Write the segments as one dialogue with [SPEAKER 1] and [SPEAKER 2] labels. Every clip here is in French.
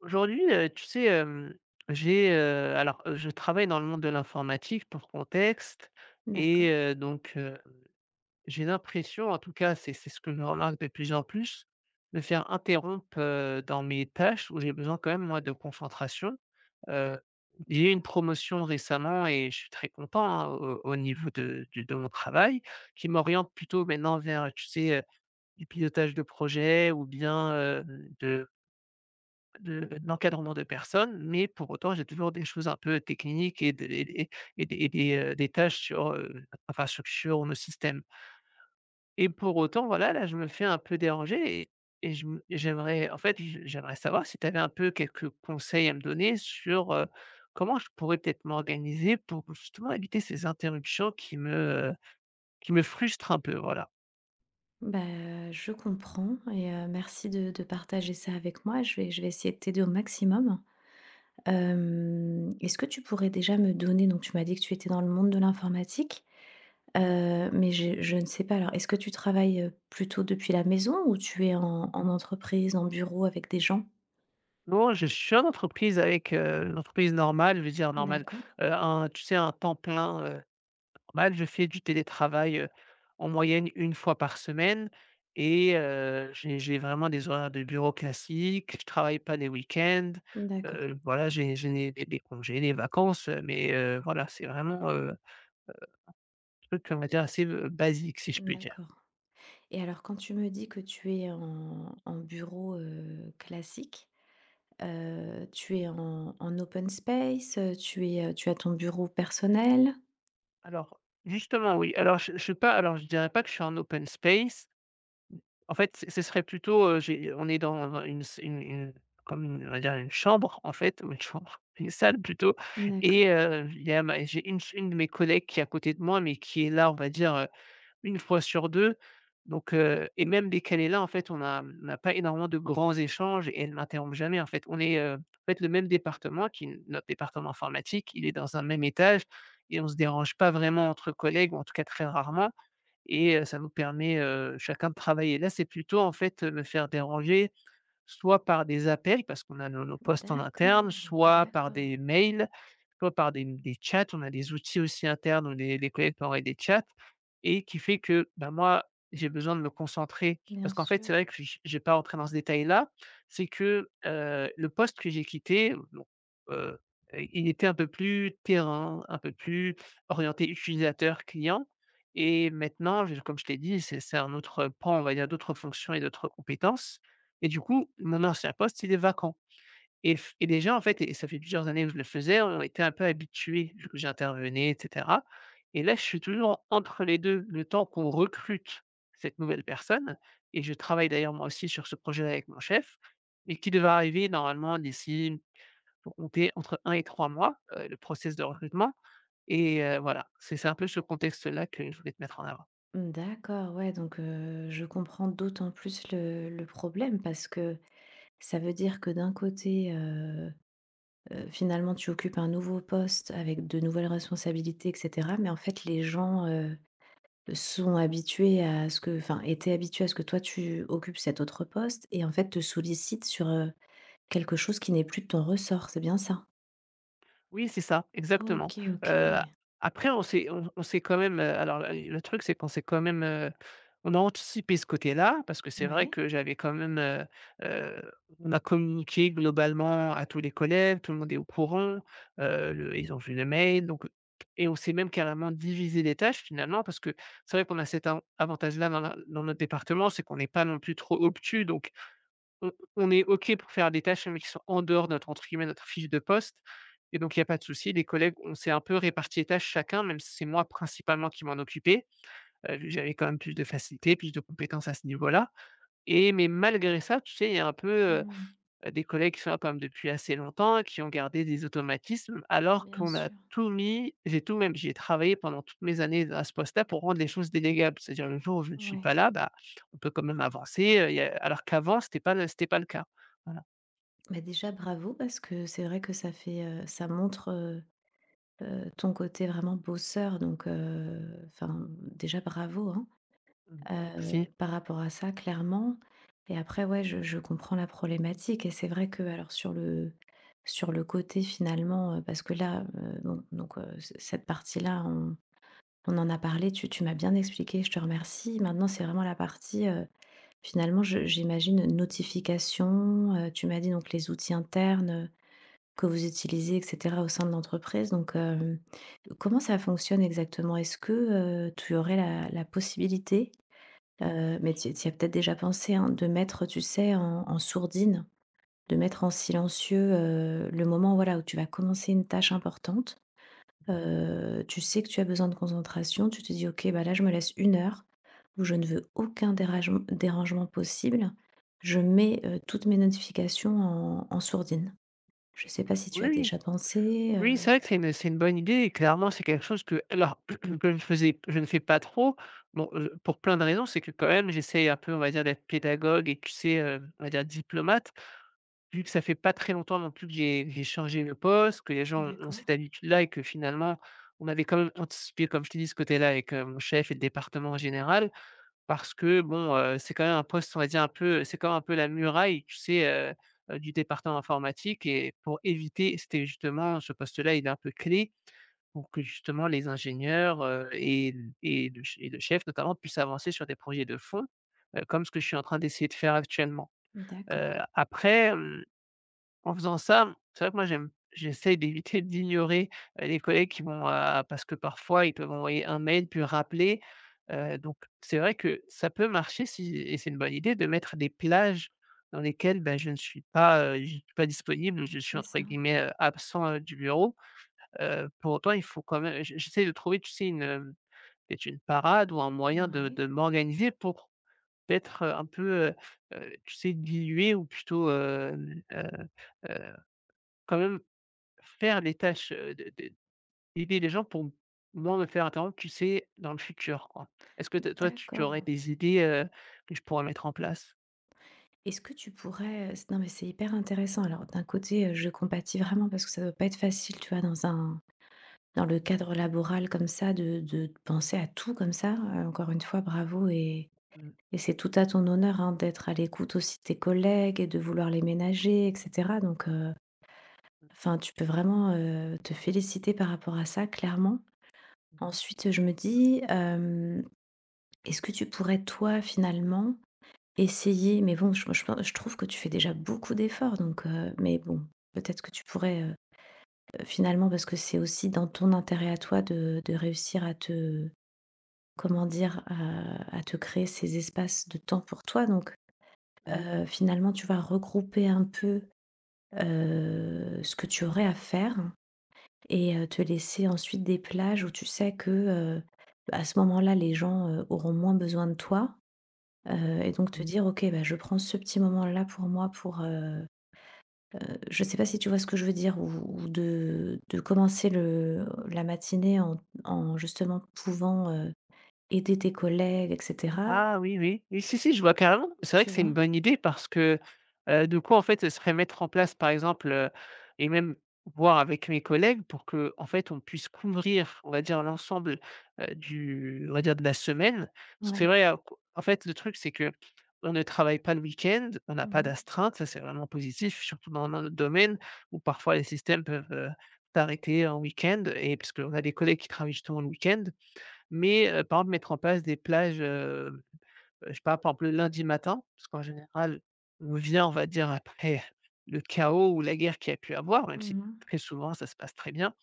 [SPEAKER 1] Aujourd'hui, tu sais, alors, je travaille dans le monde de l'informatique pour contexte
[SPEAKER 2] D'accord.
[SPEAKER 1] et donc, j'ai l'impression, en tout cas, c'est ce que je remarque de plus en plus, de faire interrompre, dans mes tâches où j'ai besoin quand même, moi, de concentration. Heu, j'ai eu une promotion récemment et je suis très content, hein, au niveau de mon travail qui m'oriente plutôt maintenant vers, tu sais, du pilotage de projet ou bien, de de l'encadrement de personnes, mais pour autant, j'ai toujours des choses un peu techniques des tâches sur, infrastructure ou nos systèmes. Et pour autant, voilà, là, je me fais un peu déranger et je me j'aimerais en fait, j'aimerais savoir si tu avais un peu quelques conseils à me donner sur, comment je pourrais peut-être m'organiser pour justement éviter ces interruptions qui me frustre un peu, voilà.
[SPEAKER 2] Bah, je comprends et merci de partager ça avec moi. Je vais essayer de t'aider au maximum. Est-ce que tu pourrais déjà me donner, donc tu m'as dit que tu étais dans le monde de l'informatique, mais je ne sais pas, alors est-ce que tu travailles, plutôt depuis la maison, ou tu es en entreprise, en bureau avec des gens?
[SPEAKER 1] Non, je suis en entreprise avec, une entreprise normale, je veux dire normale,
[SPEAKER 2] D'accord,
[SPEAKER 1] un tu sais, un temps plein, normal, je fais du télétravail, en moyenne une fois par semaine, et j'ai vraiment des horaires de bureau classiques. Je travaille pas les week-ends,
[SPEAKER 2] d'accord,
[SPEAKER 1] voilà, j'ai les congés, des vacances, mais voilà, c'est vraiment, un truc, on va dire, assez, basique, si je puis dire.
[SPEAKER 2] d'accord. Et alors, quand tu me dis que tu es en bureau classique, tu es en open space, tu es, tu as ton bureau personnel?
[SPEAKER 1] Alors, justement, oui. Alors je suis pas, alors je dirais pas que je suis en open space. En fait, c ce serait plutôt, j'ai on est dans une comme une, on va dire, une chambre en fait, ou une chambre, une salle plutôt.
[SPEAKER 2] D'accord.
[SPEAKER 1] Et il y a ma j'ai une de mes collègues qui est à côté de moi, mais qui est là, on va dire, 1 fois sur 2. Donc et même dès qu'elle est là, en fait, on n'a pas énormément de grands échanges et elle ne m'interrompt jamais, en fait. On est, en fait, le même département qui est notre département informatique, il est dans un même étage, et on ne se dérange pas vraiment entre collègues ou en tout cas très rarement, et ça nous permet, chacun de travailler. Là, c'est plutôt, en fait, me faire déranger soit par des appels parce qu'on a nos postes en interne,
[SPEAKER 2] D'accord,
[SPEAKER 1] soit par
[SPEAKER 2] d'accord.
[SPEAKER 1] des mails, soit par des chats. On a des outils aussi internes où les collègues peuvent envoyer des chats et qui fait que, bah, moi, j'ai besoin de me concentrer.
[SPEAKER 2] Bien
[SPEAKER 1] Parce qu'en fait, c'est
[SPEAKER 2] sûr.
[SPEAKER 1] vrai que je vais pas rentrer dans ce détail-là, c'est que, le poste que j'ai quitté, bon, heu, il était un peu plus terrain, un peu plus orienté utilisateur client, et maintenant, je comme je t'ai dit, c'est un autre pan, on va dire, d'autres fonctions et d'autres compétences, et du coup, mon ancien poste, il est vacant. Et f et déjà, en fait, et ça fait plusieurs années que je le faisais, on était un peu habitués, vu que j'intervenais et cetera, et là, je suis toujours entre les 2, le temps qu'on recrute cette nouvelle personne, et je travaille d'ailleurs moi aussi sur ce projet avec mon chef, et qui devrait arriver normalement d'ici, pour compter entre un et 3 mois, le process de recrutement. Et voilà, c'est un peu ce contexte-là que je voulais te mettre en avant.
[SPEAKER 2] D'accord, ouais, donc je comprends d'autant plus le problème, parce que ça veut dire que d'un côté, finalement, tu occupes un nouveau poste avec de nouvelles responsabilités et cetera, mais en fait, les gens, sont habitués à ce que, enfin, étaient habitués à ce que toi, tu occupes cet autre poste, et en fait, te sollicitent sur, quelque chose qui n'est plus de ton ressort, c'est bien ça?
[SPEAKER 1] Oui, c'est ça, exactement.
[SPEAKER 2] OK,
[SPEAKER 1] Heu,
[SPEAKER 2] OK.
[SPEAKER 1] Après on s'est quand même, alors le truc c'est qu'on s'est quand même, on a anticipé ce côté-là parce que c'est vrai
[SPEAKER 2] Ouais.
[SPEAKER 1] que j'avais quand même. Heu, on a communiqué globalement à tous les collègues, tout le monde est au courant, le ils ont vu le mail, donc, et on s'est même carrément divisé les tâches finalement, parce que c'est vrai qu'on a cet avantage-là dans notre département, c'est qu'on n'est pas non plus trop obtus, donc on est OK pour faire des tâches, qui sont en dehors de notre, entre guillemets, «notre fiche de poste», et donc il y a pas de souci. Les collègues, on s'est un peu réparti les tâches chacun, même si c'est moi principalement qui m'en occupais, j'avais quand même plus de facilité, plus de compétences à ce niveau-là, mais malgré ça, tu sais, il y a un peu, heu
[SPEAKER 2] Mmh.
[SPEAKER 1] des collègues qui sont là quand même depuis assez longtemps et qui ont gardé des automatismes, alors
[SPEAKER 2] Bien
[SPEAKER 1] qu'on a
[SPEAKER 2] sûr.
[SPEAKER 1] tout mis j'ai tout même j'y ai travaillé pendant toutes mes années à ce poste-là pour rendre les choses délégables. C'est-à-dire, le jour où je ne suis
[SPEAKER 2] Ouais.
[SPEAKER 1] pas là, bah, on peut quand même avancer, y a alors qu'avant c'était pas le cas. Voilà.
[SPEAKER 2] Bah, déjà bravo, parce que c'est vrai que ça fait, ça montre, ton côté vraiment bosseur, donc enfin, déjà bravo, hein,
[SPEAKER 1] Mmh, merci.
[SPEAKER 2] par rapport à ça, clairement. Et après, ouais, je comprends la problématique, et c'est vrai que, alors, sur le, sur le côté finalement, parce que là, bon, donc c cette partie-là, on en a parlé, tu m'as bien expliqué, je te remercie. Maintenant, c'est vraiment la partie, finalement, j'imagine, notification. Tu m'as dit, donc, les outils internes, que vous utilisez, etc., au sein de l'entreprise. Donc, comment ça fonctionne exactement? Est-ce que, tu aurais la possibilité, mais tu y as peut-être déjà pensé, hein, de mettre, tu sais, en sourdine, de mettre en silencieux, le moment, voilà, où tu vas commencer une tâche importante. Tu sais que tu as besoin de concentration, tu te dis: «OK, bah, là, je me laisse une heure où je ne veux aucun déragem dérangement possible». Je mets, toutes mes notifications en sourdine. Je ne sais pas si tu
[SPEAKER 1] Oui,
[SPEAKER 2] as
[SPEAKER 1] oui.
[SPEAKER 2] déjà pensé,
[SPEAKER 1] Oui, c'est vrai que c'est une bonne idée, et clairement c'est quelque chose que, alors, que je faisais je ne fais pas trop. Bon, pour plein de raisons, c'est que quand même j'essaye un peu, on va dire, d'être pédagogue, et tu sais, on va dire, diplomate. Vu que ça fait pas très longtemps non plus que j'ai changé le poste, que les gens ont
[SPEAKER 2] D'accord,
[SPEAKER 1] cette habitude-là et que finalement, on avait quand même anticipé, comme je te dis, ce côté-là, avec, mon chef et le département en général. Parce que bon, c'est quand même un poste, on va dire un peu, c'est quand même un peu la muraille, tu sais, heu du département informatique, et pour éviter, c'était justement ce poste-là, il est un peu clé pour que justement les ingénieurs, et le chef notamment puissent avancer sur des projets de fond, comme ce que je suis en train d'essayer de faire actuellement.
[SPEAKER 2] d'accord,
[SPEAKER 1] Après, en faisant ça, c'est vrai que moi, j'essaye d'éviter d'ignorer, les collègues qui vont, parce que parfois ils peuvent envoyer un mail puis rappeler, donc c'est vrai que ça peut marcher, si et c'est une bonne idée de mettre des plages dans lesquelles, ben je ne suis pas disponible, je suis
[SPEAKER 2] c'est
[SPEAKER 1] entre
[SPEAKER 2] ça.
[SPEAKER 1] guillemets, «absent», du bureau. Pour autant, il faut quand même je j'essaie de trouver, tu sais, une, peut-être une parade ou un moyen de
[SPEAKER 2] Ouais.
[SPEAKER 1] de m'organiser pour peut-être, un peu, tu sais, diluer ou plutôt, quand même faire les tâches, de d'aider les gens pour moins me faire interrompre, tu sais, dans le futur, quoi. Est-ce que t toi, tu aurais
[SPEAKER 2] D'accord.
[SPEAKER 1] des idées, que je pourrais mettre en place?
[SPEAKER 2] Est-ce que tu pourrais, non, mais c'est hyper intéressant. Alors, d'un côté, je compatis vraiment, parce que ça doit pas être facile, tu vois, dans le cadre laboral comme ça, de penser à tout comme ça. Encore une fois, bravo. et
[SPEAKER 1] Mmh mh.
[SPEAKER 2] Et c'est tout à ton honneur, hein, d'être à l'écoute aussi de tes collègues et de vouloir les ménager et cetera, donc enfin, tu peux vraiment, te féliciter par rapport à ça, clairement.
[SPEAKER 1] Mmh mh.
[SPEAKER 2] Ensuite, je me dis, est-ce que tu pourrais, toi, finalement, essayer, mais bon, je trouve que tu fais déjà beaucoup d'efforts, donc mais bon, peut-être que tu pourrais, finalement, parce que c'est aussi dans ton intérêt à toi de réussir à te, comment dire, à te créer ces espaces de temps pour toi. Donc finalement, tu vas regrouper un peu, ce que tu aurais à faire, et te laisser ensuite des plages où tu sais que, bah, à ce moment-là, les gens, auront moins besoin de toi, et donc te
[SPEAKER 1] Mmh.
[SPEAKER 2] dire: «OK, bah, je prends ce petit moment-là pour moi pour», je sais pas si tu vois ce que je veux dire? Ou de commencer le la matinée en, en justement pouvant, aider tes collègues et cetera,
[SPEAKER 1] Ah oui, oui. Oui, si, si, je vois carrément. C'est vrai que
[SPEAKER 2] tu
[SPEAKER 1] c'est
[SPEAKER 2] vois?
[SPEAKER 1] une bonne idée parce que, de quoi, en fait, ce serait mettre en place, par exemple, et même voir avec mes collègues pour que, en fait, on puisse couvrir, on va dire, l'ensemble, du on va dire, de la semaine. Parce que c'est
[SPEAKER 2] Ouais.
[SPEAKER 1] vrai, qu en fait, le truc, c'est que on ne travaille pas le week-end, on n'a
[SPEAKER 2] Mmh
[SPEAKER 1] pas
[SPEAKER 2] mh.
[SPEAKER 1] d'astreinte. Ça, c'est vraiment positif, surtout dans notre domaine, où parfois les systèmes peuvent, t'arrêter en week-end, et parce qu'on a des collègues qui travaillent justement le week-end. Mais, par exemple, mettre en place des plages. Je sais pas, par exemple, le lundi matin, parce qu'en général, on vient, on va dire, après le chaos ou la guerre qu'il y a pu avoir, même si
[SPEAKER 2] Mmh,
[SPEAKER 1] très souvent ça se passe très bien,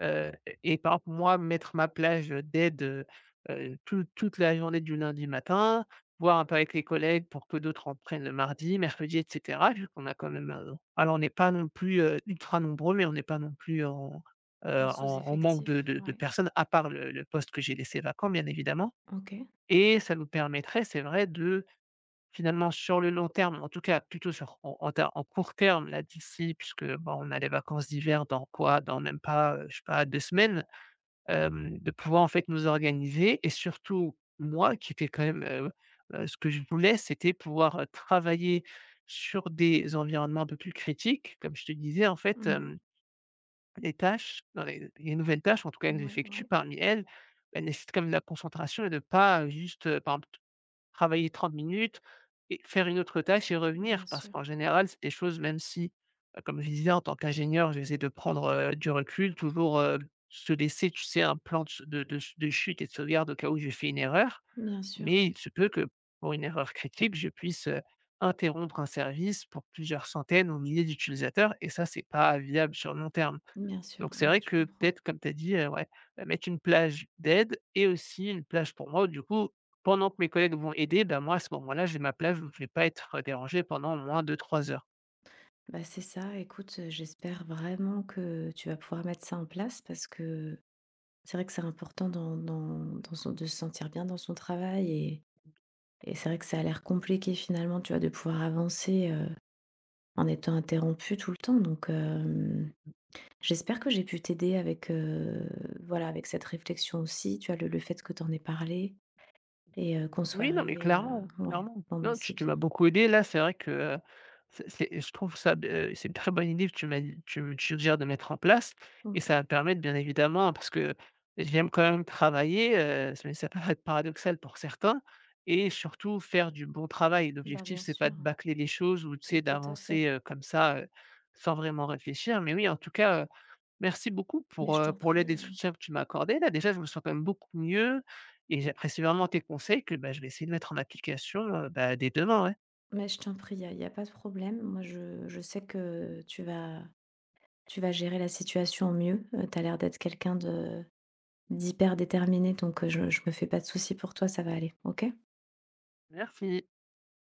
[SPEAKER 1] heu et par exemple moi mettre ma plage, d'aide, toute toute la journée du lundi matin, voir un peu avec les collègues pour que d'autres en prennent le mardi, mercredi et cetera, vu qu'on a quand même, alors on n'est pas non plus, ultra nombreux, mais on n'est pas non plus en, en manque de
[SPEAKER 2] sous-effectif,
[SPEAKER 1] de de
[SPEAKER 2] ouais.
[SPEAKER 1] personnes, à part le poste que j'ai laissé vacant, bien évidemment,
[SPEAKER 2] OK.
[SPEAKER 1] et ça nous permettrait, c'est vrai, de... Finalement, sur le long terme, en tout cas, plutôt sur, en en ter en court terme, là, d'ici, puisque, bon, on a les vacances d'hiver dans quoi? Dans même pas, je sais pas, 2 semaines, de pouvoir, en fait, nous organiser. Et surtout moi qui était quand même, ce que je voulais, c'était pouvoir, travailler sur des environnements un peu plus critiques. Comme je te disais, en fait,
[SPEAKER 2] Mmh.
[SPEAKER 1] hem, les tâches dans les nouvelles tâches, en tout cas, que
[SPEAKER 2] Ouais,
[SPEAKER 1] j'effectue,
[SPEAKER 2] ouais,
[SPEAKER 1] parmi elles, elles nécessitent quand même de la concentration, et de pas, juste, par exemple, travailler 30 minutes et faire une autre tâche et
[SPEAKER 2] bien
[SPEAKER 1] revenir. Parce
[SPEAKER 2] sûr,
[SPEAKER 1] qu'en général, c'est des choses, même si, comme je disais, en tant qu'ingénieur, j'essaie de prendre, du recul, toujours, se laisser, tu sais, un plan de chute et de sauvegarde au cas où j'ai fait une erreur.
[SPEAKER 2] bien sûr,
[SPEAKER 1] Mais il se peut que, pour une erreur critique, je puisse, interrompre un service pour plusieurs centaines ou milliers d'utilisateurs, et ça, c'est pas viable sur le long terme.
[SPEAKER 2] bien sûr,
[SPEAKER 1] Donc
[SPEAKER 2] ouais,
[SPEAKER 1] c'est
[SPEAKER 2] ouais,
[SPEAKER 1] vrai
[SPEAKER 2] je
[SPEAKER 1] que,
[SPEAKER 2] comprends.
[SPEAKER 1] peut-être, comme tu as dit, ouais, bah, mettre une plage d'aide et aussi une plage pour moi, où du coup, pendant que mes collègues vont aider, bah, moi, à ce moment-là, j'ai ma plage où je vais pas être dérangé pendant au moins 2 3 heures.
[SPEAKER 2] Bah, c'est ça, écoute, j'espère vraiment que tu vas pouvoir mettre ça en place, parce que c'est vrai que c'est important dans, dans son, de se sentir bien dans son travail. Et c'est vrai que ça a l'air compliqué finalement, tu vois, de pouvoir avancer, en étant interrompu tout le temps, donc j'espère que j'ai pu t'aider avec, voilà, avec cette réflexion aussi, tu vois, le fait que tu en aies parlé et qu'on soit
[SPEAKER 1] Oui, non, mais
[SPEAKER 2] arrivé à,
[SPEAKER 1] clairement,
[SPEAKER 2] ouais,
[SPEAKER 1] clairement.
[SPEAKER 2] bon, bah,
[SPEAKER 1] Non,
[SPEAKER 2] c'est
[SPEAKER 1] tu m'as
[SPEAKER 2] bien.
[SPEAKER 1] beaucoup aidé. Là, c'est vrai que, heu, c'est je trouve ça b c'est une très bonne idée que tu m'as dit tu me suggères de mettre en place, et ça
[SPEAKER 2] OK.
[SPEAKER 1] va me permettre, bien évidemment, hein, parce que j'aime quand même travailler, mais ça peut être paradoxal pour certains, et surtout faire du bon travail.
[SPEAKER 2] Bah,
[SPEAKER 1] L'objectif,
[SPEAKER 2] bien
[SPEAKER 1] c'est pas
[SPEAKER 2] sûr,
[SPEAKER 1] de bâcler les choses ou, tu sais,
[SPEAKER 2] tout à fait.
[SPEAKER 1] d'avancer, comme ça, sans vraiment réfléchir. Mais oui, en tout cas, merci beaucoup
[SPEAKER 2] Mais je t'en
[SPEAKER 1] pour l'aide et
[SPEAKER 2] prie,
[SPEAKER 1] le soutien que tu m'as accordé. Là, déjà, je me sens quand même beaucoup mieux et j'apprécie vraiment tes conseils que, bah, je vais essayer de mettre en application, bah, dès demain, ouais.
[SPEAKER 2] mais je t'en prie, il y a, y a pas de problème. Moi, je sais que tu vas, tu vas gérer la situation au mieux. Tu as l'air d'être quelqu'un de, d'hyper déterminé, donc je me fais pas de soucis pour toi, ça va aller, OK?
[SPEAKER 1] Merci.